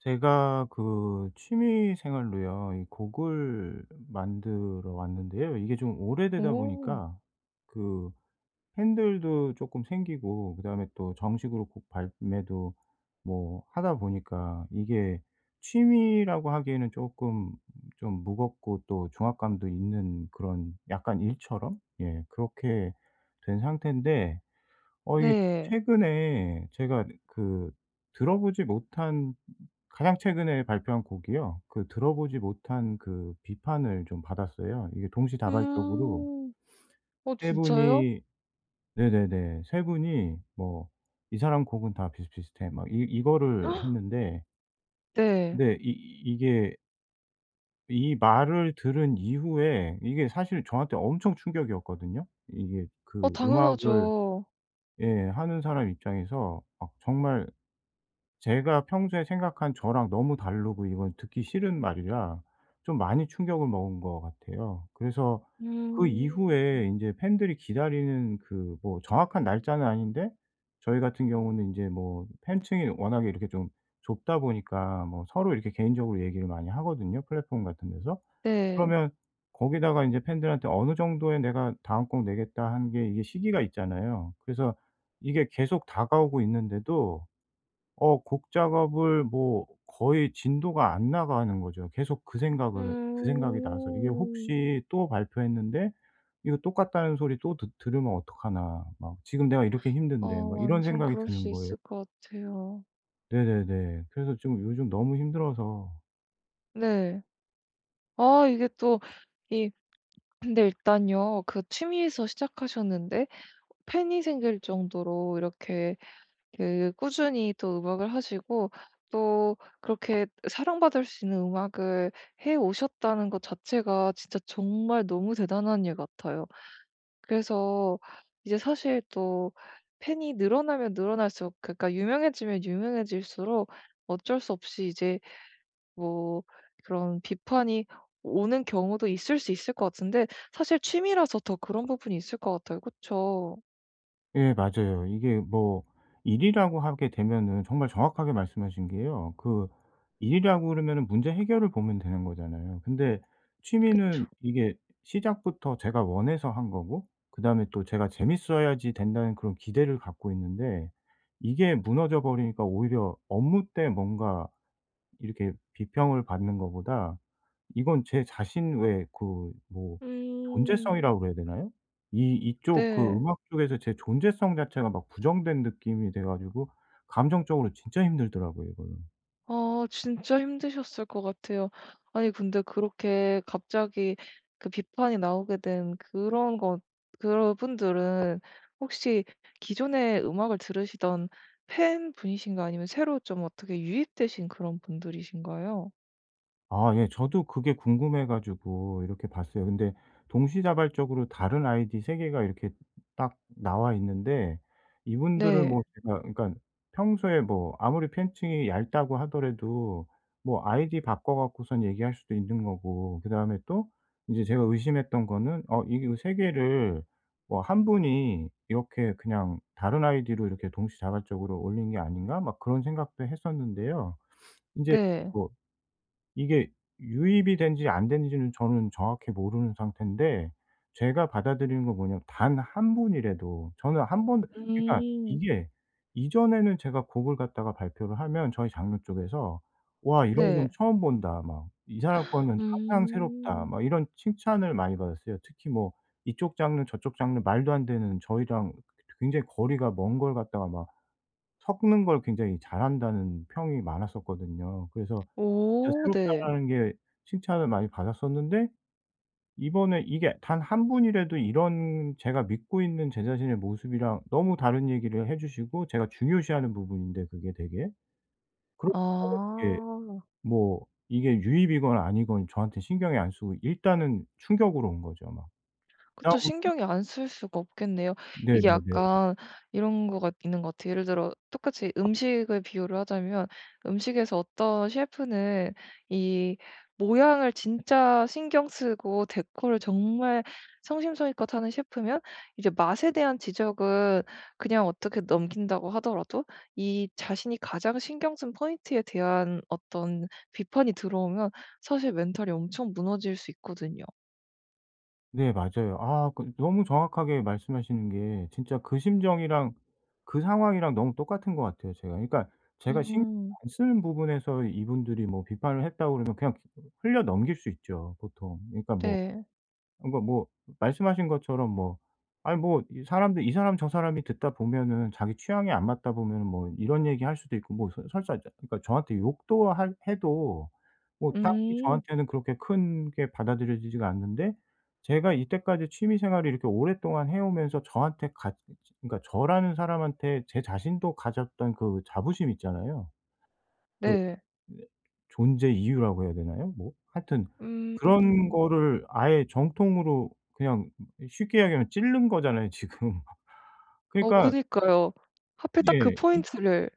제가 그 취미 생활로요. 이 곡을 만들어 왔는데요. 이게 좀 오래되다 오. 보니까 그 핸들도 조금 생기고, 그다음에 또 정식으로 곡 발매도 뭐 하다 보니까 이게 취미라고 하기에는 조금 좀 무겁고 또 중압감도 있는 그런 약간 일처럼, 예, 그렇게 된 상태인데 이게 네. 최근에 제가, 네, 그 들어보지 못한 가장 최근에 발표한 곡이요. 그 들어보지 못한 그 비판을 좀 받았어요. 이게 동시다발적으로 음. 세 진짜요? 분이. 네네네. 세 분이 뭐 "이 사람 곡은 다 비슷비슷해." 막 이 이거를 헉, 했는데, 네. 근데 이게 이 말을 들은 이후에 이게 사실 저한테 엄청 충격이었거든요. 이게 그 음악을, 당연하죠. 예, 하는 사람 입장에서 막 정말 제가 평소에 생각한 저랑 너무 다르고 이건 듣기 싫은 말이라 좀 많이 충격을 먹은 것 같아요. 그래서 그 음. 이후에 인제 팬들이 기다리는 그 뭐 정확한 날짜는 아닌데, 저희 같은 경우는 인제 뭐 팬층이 워낙에 이렇게 좀 좁다 보니까 뭐 서로 이렇게 개인적으로 얘기를 많이 하거든요, 플랫폼 같은 데서. 네. 그러면 거기다가 인제 팬들한테 어느 정도의 내가 다음 곡 내겠다 한 게 이게 시기가 있잖아요. 그래서 이게 계속 다가오고 있는데도 곡 작업을 뭐 거의 진도가 안 나가는 거죠. 계속 그 생각을 그 생각이 나서, 이게 음. 혹시 또 발표했는데 '이거 똑같다는 소리 또 듣 들으면 어떡하나.' 막 '지금 내가 이렇게 아, 힘든데.' 막 이런 완전 생각이 그럴 드는 수 거예요. 있을 것 같아요. 네네네. 그래서 좀 요즘 너무 힘들어서. 네. 아, 이게 또 이 근데 일단요, 그 취미에서 시작하셨는데 팬이 생길 정도로 이렇게 그 꾸준히 또 음악을 하시고, 또 그렇게 사랑받을 수 있는 음악을 해 오셨다는 것 자체가 진짜 정말 너무 대단한 일 같아요. 그래서 이제 사실 또 팬이 늘어나면 늘어날수록, 그러니까 유명해지면 유명해질수록 어쩔 수 없이 이제 뭐 그런 비판이 오는 경우도 있을 수 있을 것 같은데, 사실 취미라서 더 그런 부분이 있을 것 같아요. 그쵸? 예, 맞아요. 이게 뭐 일이라고 하게 되면은 정말 정확하게 말씀하신 게요, 그 일이라고 그러면은 문제 해결을 보면 되는 거잖아요. 근데 취미는 그쵸. 이게 시작부터 제가 원해서 한 거고, 그다음에 또 제가 재밌어야지 된다는 그런 기대를 갖고 있는데 이게 무너져 버리니까, 오히려 업무 때 뭔가 이렇게 비평을 받는 것보다 이건 제 자신, 왜, 그 뭐 음. 존재성이라고 그래야 되나요? 이 이쪽 그 네. 음악 쪽에서 제 존재성 자체가 막 부정된 느낌이 돼 가지고 감정적으로 진짜 힘들더라고요 이거는. 아, 진짜 힘드셨을 것 같아요. 아니, 근데 그렇게 갑자기 그 비판이 나오게 된 그런 것, 그분들은 혹시 기존에 음악을 들으시던 팬분이신가요? 아니면 새로 좀 어떻게 유입되신 그런 분들이신가요? 아, 예. 저도 그게 궁금해 가지고 이렇게 봤어요. 근데 동시다발적으로 다른 아이디 3개 개가 이렇게 딱 나와 있는데, 이분들을 뭐 네. 제가, 그러니까 평소에 뭐 아무리 팬층이 얇다고 하더라도 뭐 아이디 바꿔 갖고선 얘기할 수도 있는 거고, 그다음에 또 이제 제가 의심했던 거는 이 세 개를 뭐 '한 분이 이렇게 그냥 다른 아이디로 이렇게 동시다발적으로 올린 게 아닌가?' 막 그런 생각도 했었는데요. 이제 네. 뭐 이게 유입이 된지 안 된지는 저는 정확히 모르는 상태인데 제가 받아들이는 건 뭐냐면, 단 한 분이라도 저는 한 번, 그러니까 음. 이게 이전에는 제가 곡을 갖다가 발표를 하면 저희 장르 쪽에서 "와 이런 건 네. 처음 본다." 막 "이 사람 거는 항상 새롭다." 음. 막 이런 칭찬을 많이 받았어요. 특히 뭐 이쪽 장르 저쪽 장르 말도 안 되는 저희랑 굉장히 거리가 먼 걸 갖다가 막 섞는 걸 굉장히 잘한다는 평이 많았었거든요. 그래서 진짜 오, 네. 새롭다라는 게 칭찬을 많이 받았었는데, 이번에 이게 단 한 분이라도 이런 제가 믿고 있는 제 자신의 모습이랑 너무 다른 얘기를 해 주시고, 제가 중요시하는 부분인데 그게 되게. 그러니까는 이게 아. 뭐 이게 유입이건 아니건 저한테 신경이 안 쓰고 일단은 충격으로 온 거죠 막. 그쵸, 그다음부터. 신경이 안 쓸 수가 없겠네요. 이게 네네네. 약간 이런 거가 있는 것 같아요. 예를 들어 똑같이 음식을 비유를 하자면, 음식에서 어떤 셰프는 이 모양을 진짜 신경 쓰고 데코를 정말 성심성의껏 하는 셰프면, 이제 맛에 대한 지적은 그냥 어떻게 넘긴다고 하더라도 이 자신이 가장 신경 쓴 포인트에 대한 어떤 비판이 들어오면 사실 멘탈이 엄청 무너질 수 있거든요. 네, 맞아요. 아, 그 너무 정확하게 말씀하시는 게 진짜 그 심정이랑 그 상황이랑 너무 똑같은 것 같아요 제가. 그러니까 제가 신경 음. 안 쓰는 부분에서 이분들이 뭐 비판을 했다고 그러면 그냥 흘려 넘길 수 있죠 보통. 그러니까 뭐 네. 그러니까 뭐 말씀하신 것처럼, 뭐 아니 뭐 이 사람 저 사람이 듣다 보면은 자기 취향이 안 맞다 보면은 뭐 이런 얘기할 수도 있고, 뭐 설 설사 저, 그러니까 저한테 욕도 할 해도 뭐 딱히 음. 저한테는 그렇게 큰 게 받아들여지지가 않는데, 제가 이때까지 취미 생활을 이렇게 오랫동안 해 오면서 저한테 갖 그러니까 저라는 사람한테 제 자신도 가졌던 그 자부심 있잖아요. 그. 네. 네. 존재 이유라고 해야 되나요? 뭐 하여튼 음. 그런 거를 아예 정통으로 그냥 쉽게 이야기하면 찌른 거잖아요 지금. 그러니까 그니까요. 하필 딱 그 예. 이 포인트를.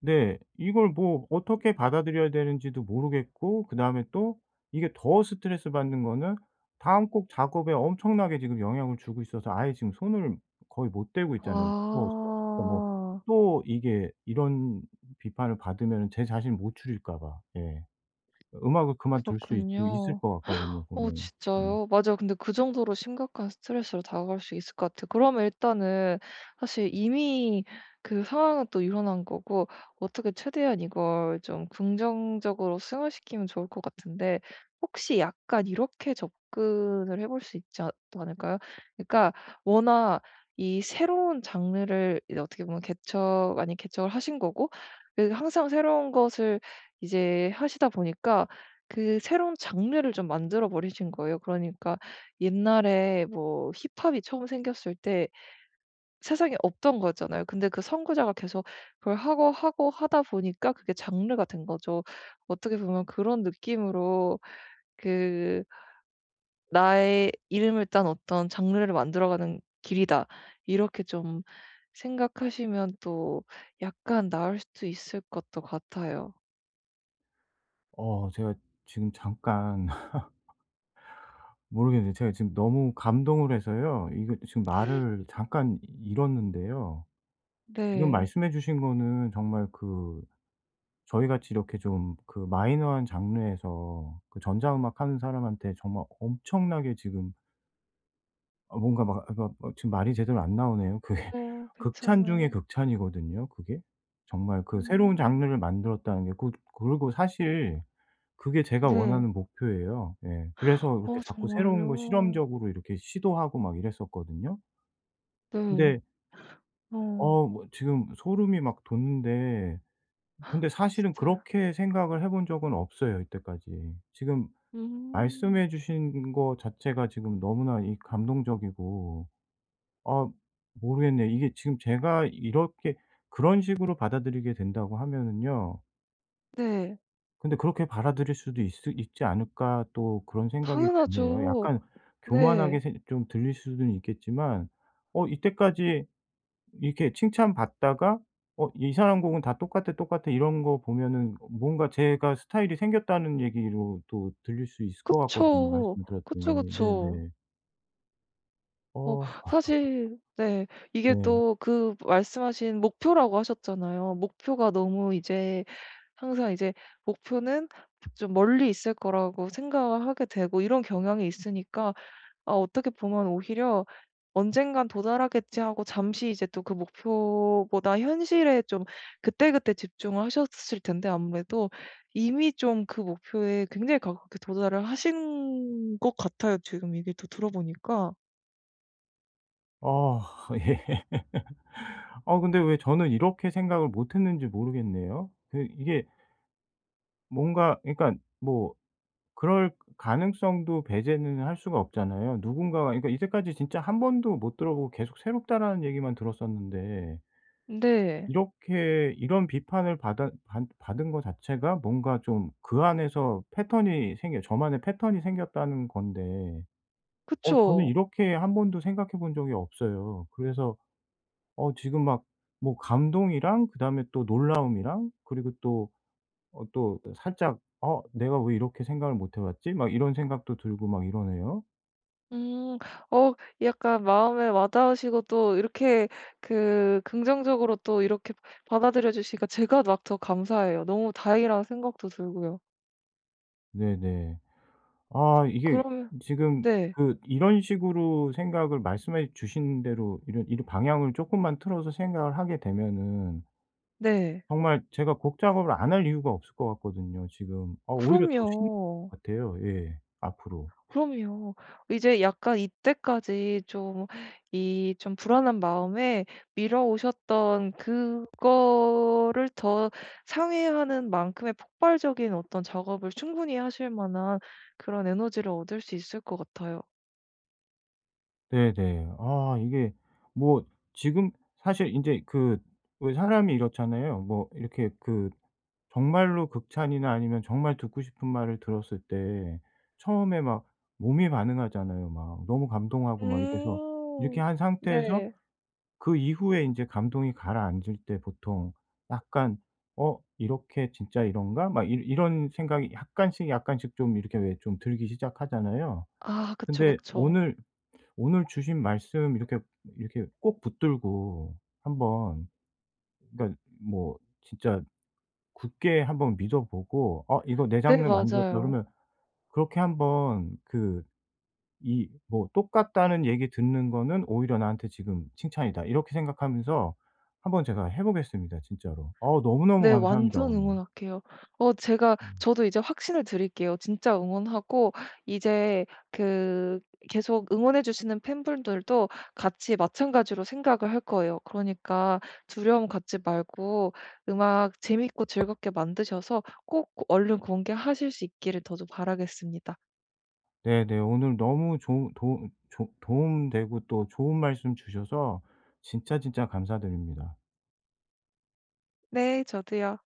네. 이걸 뭐 어떻게 받아들여야 되는지도 모르겠고, 그다음에 또 이게 더 스트레스 받는 거는 다음 곡 작업에 엄청나게 지금 영향을 주고 있어서, 아예 지금 손을 거의 못 대고 있잖아요 무서워서. 그러니까 뭐 아. 또 이게 이런 비판을 받으면은 제 자신을 못 줄일까 봐. 예. 음악을 그만둘 수 있 있을 그렇군요. 것 같거든요 보면. 음. 진짜요? 맞아요. 근데 그 정도로 심각한 스트레스로 다가갈 수 있을 것 같아요. 그러면 일단은 사실 이미 그 상황은 또 일어난 거고, 어떻게 최대한 이걸 좀 긍정적으로 승화시키면 좋을 것 같은데, 혹시 약간 이렇게 접근을 해볼 수 있지 않 않을까요? 그러니까 워낙 이 새로운 장르를 이제 어떻게 보면 개척 아닌 개척을 하신 거고, 그 항상 새로운 것을 이제 하시다 보니까 그 새로운 장르를 좀 만들어 버리신 거예요. 그러니까 옛날에 뭐 힙합이 처음 생겼을 때 세상에 없던 거잖아요. 근데 그 선구자가 계속 그걸 하고 하고 하다 보니까 그게 장르가 된 거죠. 어떻게 보면 그런 느낌으로 그 '나의 이름을 딴 어떤 장르를 만들어가는 길이다.' 이렇게 좀 생각하시면 또 약간 나을 수도 있을 것도 같아요. 제가 지금 잠깐 모르겠는데, 제가 지금 너무 감동을 해서요. 이거 지금 말을 잠깐 잃었는데요. 지금 네. 말씀해 주신 거는 정말 그 저희 같이 이렇게 좀 그 마이너한 장르에서 그 전자음악 하는 사람한테 정말 엄청나게 지금 아 뭔가 막 아 막 지금 말이 제대로 안 나오네요. 그게 극찬 중의 괜찮아요. 극찬이거든요 그게. 정말 그 새로운 음. 장르를 만들었다는 게 그. 그리고 사실 그게 제가 네. 원하는 목표예요. 예. 그래서 이렇게 자꾸 새로운 거 정말요? 실험적으로 이렇게 시도하고 막 이랬었거든요. 네. 근데 어. 뭐 지금 소름이 막 돋는데, 근데 사실은 진짜요? 그렇게 생각을 해본 적은 없어요 이때까지. 지금 음. 말씀해 주신 거 자체가 지금 너무나 이 감동적이고, 아 모르겠네요. 이게 지금 제가 이렇게 그런 식으로 받아들이게 된다고 하면은요, 네. 근데 그렇게 받아들일 수도 있 있지 않을까 또 그런 생각이 드네요. 당연하죠. 약간 교만하게 네. 좀 들릴 수는 있겠지만, 이때까지 이렇게 칭찬받다가 '어 이 사람 곡은 다 똑같아, 똑같아.' 이런 거 보면은 뭔가 제가 스타일이 생겼다는 얘기로 또 들릴 수 있을 것 같거든요 그쵸. 말씀을 그쵸, 들었더니. 그쵸. 네네. 어, 어. 사실 네, 이게 네. 또 그 말씀하신 목표라고 하셨잖아요. 목표가 너무 이제 항상 이제 목표는 좀 멀리 있을 거라고 생각을 하게 되고 이런 경향이 있으니까, 아, 어떻게 보면 오히려 '언젠간 도달하겠지.' 하고 잠시 이제 또 그 목표보다 현실에 좀 그때그때 집중을 하셨을 텐데 아무래도 이미 좀 그 목표에 굉장히 가깝게 도달을 하신 것 같아요, 지금 얘기를 또 들어보니까. 어. 예. 근데 왜 저는 이렇게 생각을 못 했는지 모르겠네요. 그 이게 뭔가 그러니까 뭐 그럴 가능성도 배제는 할 수가 없잖아요. 누군가가 그러니까 이제까지 진짜 한 번도 못 들어보고 계속 "새롭다."라는 얘기만 들었었는데, 네. 이렇게 이런 비판을 받아 받 받은 거 자체가 뭔가 좀 그 안에서 패턴이 생겨 저만의 패턴이 생겼다는 건데 저는 그쵸. 이렇게 한 번도 생각해 본 적이 없어요. 그래서 지금 막 뭐 감동이랑 그다음에 또 놀라움이랑 그리고 또 또 살짝 '어 내가 왜 이렇게 생각을 못 해 봤지?' 막 이런 생각도 들고 막 이러네요. 음. 어 약간 마음에 와 닿으시고 또 이렇게 그 긍정적으로 또 이렇게 받아들여 주시니까 제가 막 더 감사해요. 너무 다행이라는 생각도 들고요. 네네. 아 이게 그러면 지금 네. 그 이런 식으로 생각을 말씀해 주신 대로 이런 방향을 조금만 틀어서 생각을 하게 되면은 네. 정말 제가 곡 작업을 안 할 이유가 없을 것 같거든요 지금. 아 오히려 더 쉬운 그럼요. 것 같아요. 예. 앞으로. 그럼요. 이제 약간 이때까지 좀 이 좀 불안한 마음에 미뤄오셨던 그거를 더 상회하는 만큼의 폭발적인 어떤 작업을 충분히 하실 만한 그런 에너지를 얻을 수 있을 것 같아요. 네네. 아 이게 뭐 지금 사실 이제 그, 왜 사람이 이렇잖아요. 뭐 이렇게 그 정말로 극찬이나 아니면 정말 듣고 싶은 말을 들었을 때 처음에 막 몸이 반응하잖아요. 막 너무 감동하고 막 이래서 이렇게 음. 한 상태에서 네. 그 이후에 인제 감동이 가라앉을 때 보통 약간 '어 이렇게 진짜 이런가?' 막 이 이런 생각이 약간씩, 약간씩 좀 이렇게 왜 좀 들기 시작하잖아요. 아, 그쵸, 근데 그쵸. 오늘 주신 말씀 이렇게 꼭 붙들고 한번, 그러니까 뭐 진짜 굳게 한번 믿어 보고 '어 이거 내 네, 장르 만들었다.' 맞아요. 그러면 그렇게 한번 그 이 뭐 '똑같다는 얘기 듣는 거는 오히려 나한테 지금 칭찬이다.' 이렇게 생각하면서 한번 제가 해 보겠습니다 진짜로. 너무너무 네. 감사합니다 완전 오늘. 응원할게요. 어, 제가 음. 저도 이제 확신을 드릴게요. 진짜 응원하고 이제 그 계속 응원해 주시는 팬분들도 같이 마찬가지로 생각을 할 거예요. 그러니까 두려움 갖지 말고 음악 재밌고 즐겁게 만드셔서 꼭 얼른 공개하실 수 있기를 저도 바라겠습니다. 네네. 오늘 너무 좋은 도움 되고 또 좋은 말씀 주셔서 진짜 진짜 감사드립니다. 네. 저도요.